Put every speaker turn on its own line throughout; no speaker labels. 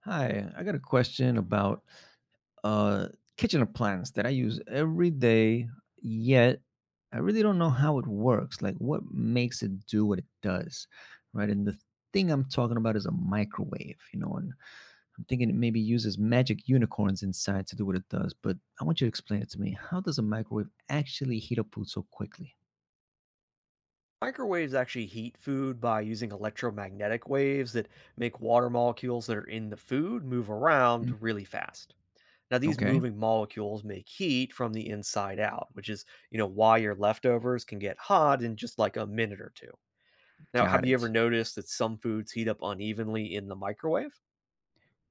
Hi, I got a question about uh, kitchen appliance that I use every day, yet I really don't know how it works. Like, what makes it do what it does, right? And the thing I'm talking about is a microwave, and I'm thinking it maybe uses magic unicorns inside to do what it does, but I want you to explain it to me. How does a microwave actually heat up food so quickly?
Microwaves actually heat food by using electromagnetic waves that make water molecules that are in the food move
Mm.
around really fast. Now these
Okay,
moving molecules make heat from the inside out, which is, why your leftovers can get hot in just like a minute or two. Now, have
got
you ever
it.
noticed that some foods heat up unevenly in the microwave?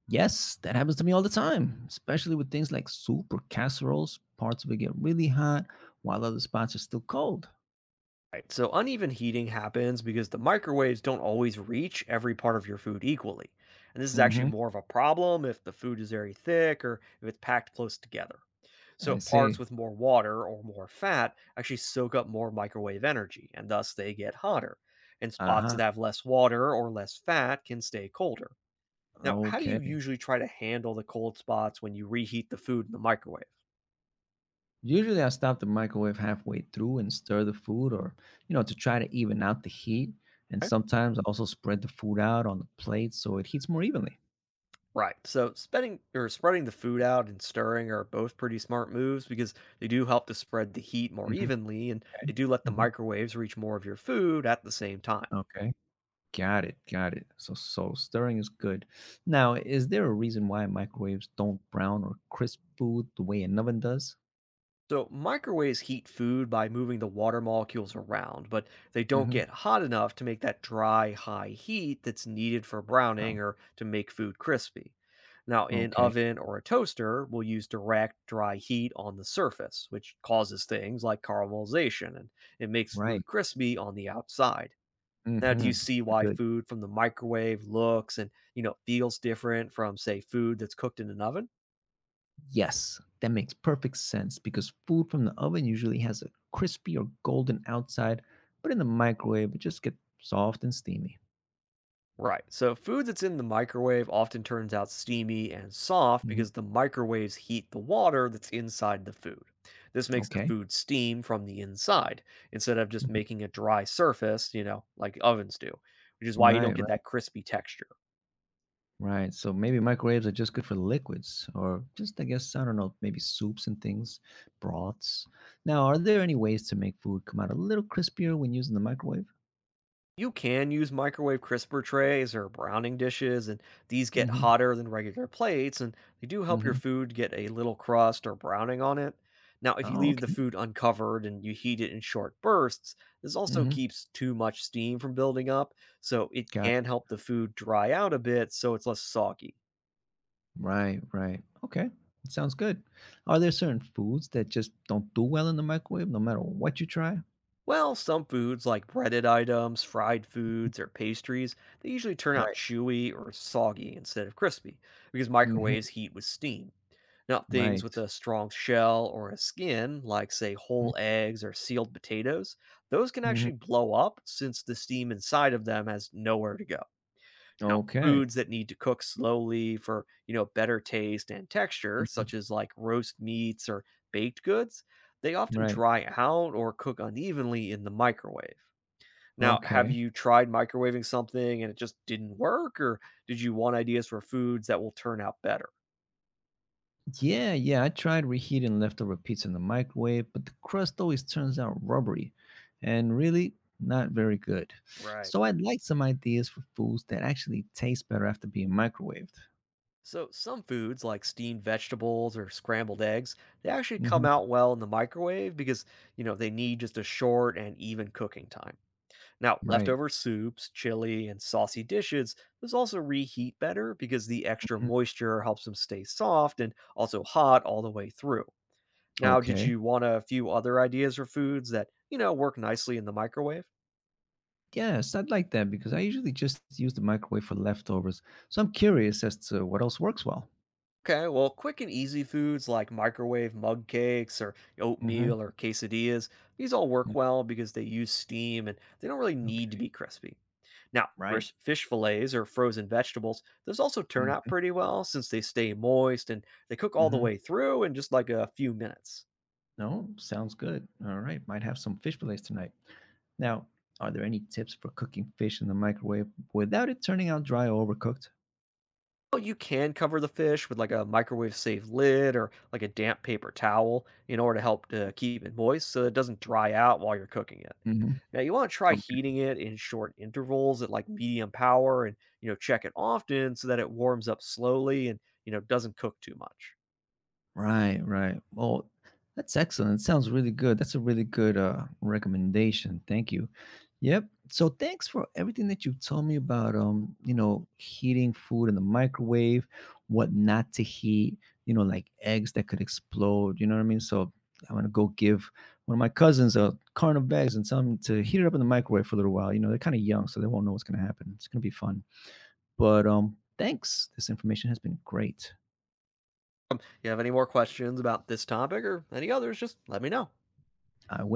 Yes, that happens to me all the time, especially with things like soup or casseroles. Parts of it get really hot while other spots are still cold.
Right. So uneven heating happens because the microwaves don't always reach every part of your food equally. And this is actually
Mm-hmm.
more of a problem if the food is very thick or if it's packed close together.
I
So parts
see.
with more water or more fat actually soak up more microwave energy and thus they get hotter. And
Uh
spots
huh.
that have less water or less fat can stay colder. Now, how do you
Okay.
usually try to handle the cold spots when you reheat the food in the microwave?
Usually I stop the microwave halfway through and stir the food, to try to even out the heat. And sometimes I also spread the food out on the plate so it heats more evenly.
Right. So spreading or spreading the food out and stirring are both pretty smart moves because they do help to spread the heat more
Hmm.
evenly and
Okay.
they do let the
Hmm.
microwaves reach more of your food at the same time.
Okay. Got it, got it. So stirring is good. Now, is there a reason why microwaves don't brown or crisp food the way an oven does?
So, microwaves heat food by moving the water molecules around, but they don't
Hmm.
get hot enough to make that dry, high heat that's needed for
Uh,
browning or to make food crispy. Now, in
okay,
oven or a toaster, we'll use direct, dry heat on the surface, which causes things like caramelization and it makes food
right.
crispy on the outside. Now, do
Mm-hmm.
you see why
Good.
food from the microwave looks and feels different from, say, food that's cooked in an oven?
Yes, that makes perfect sense because food from the oven usually has a crispy or golden outside, but in the microwave it just gets soft and steamy.
Right. So food that's in the microwave often turns out steamy and soft
Hmm.
because the microwaves heat the water that's inside the food. This makes the
Okay.
food steam from the inside instead of just
Mhm.
making a dry surface, like ovens do, which is why you don't
Right,
get
right.
that crispy texture.
Right. So maybe microwaves are just good for liquids or just, I guess, I don't know, maybe soups and things, broths. Now, are there any ways to make food come out a little crispier when using the microwave?
You can use microwave crisper trays or browning dishes, and these get
Mm hmm.
hotter than regular plates, and they do help
Mm
your
hmm.
food get a little crust or browning on it. Now, if you
Oh,
leave the
okay.
food uncovered and you heat it in short bursts, this
Mm
also
hmm.
keeps too much steam from building up, so it
Got
can
it.
help the food dry out a bit so it's less soggy.
Right. Right. Okay. It sounds good. Are there certain foods that just don't do well in the microwave no matter what you try?
Well, some foods like breaded items, fried foods, or pastries, they usually turn out
Right.
chewy or soggy instead of crispy because
Mm hmm.
microwaves heat with steam. Now, things
Right.
with a strong shell or a skin, like, say, whole eggs or sealed potatoes, those can
Mm
actually blow up since the steam inside of them has nowhere to go
hmm.
you know,
Okay.
Foods that need to cook slowly for, you know, better taste and texture,
Hmm.
such as like roast meats or baked goods, they often
Right.
dry out or cook unevenly in the microwave. Now, have
Okay.
you tried microwaving something and it just didn't work, or did you want ideas for foods that will turn out better?
Yeah, yeah, I tried reheating leftover pizza in the microwave, but the crust always turns out rubbery and really not very good.
Right.
So I'd like some ideas for foods that actually taste better after being microwaved.
So, some foods like steamed vegetables or scrambled eggs, they actually come
Hmm.
out well in the microwave because they need just a short and even cooking time. Now,
Right.
leftover soups, chili, and saucy dishes, those also reheat better because the extra
Mhm.
moisture helps them stay soft and also hot all the way through. Now, did
Okay.
you want a few other ideas for foods that work nicely in the microwave?
Yes, I'd like that because I usually just use the microwave for leftovers. So I'm curious as to what else works well.
Okay, well, quick and easy foods like microwave mug cakes or
Hmm.
oatmeal or quesadillas, these all work well because they use steam and they don't really need to
Okay.
be crispy. Now,
Right.
fresh fish fillets or frozen vegetables, those also turn out
Hmm.
pretty well since they stay moist and they cook all the
Hmm.
way through in just like a few minutes.
No, sounds good. All right, might have some fish fillets tonight. Now, are there any tips for cooking fish in the microwave without it turning out dry or overcooked?
Well, you can cover the fish with like a microwave safe lid or like a damp paper towel in order to help to keep it moist so it doesn't dry out while you're cooking it.
Hmm.
Now you want to try
Okay.
heating it in short intervals at like medium power and check it often so that it warms up slowly and doesn't cook too much.
Right, right. Well, that's excellent. It sounds really good. That's a really good recommendation. Thank you. Yep. So thanks for everything that you told me about heating food in the microwave, what not to heat, you know, like eggs that could explode, you know what I mean? So I'm gonna go give one of my cousins a carton of eggs and tell him to heat it up in the microwave for a little while. You know, they're kind of young, so they won't know what's gonna happen. It's gonna be fun. But thanks. This information has been great.
You have any more questions about this topic or any others, just let me know.
I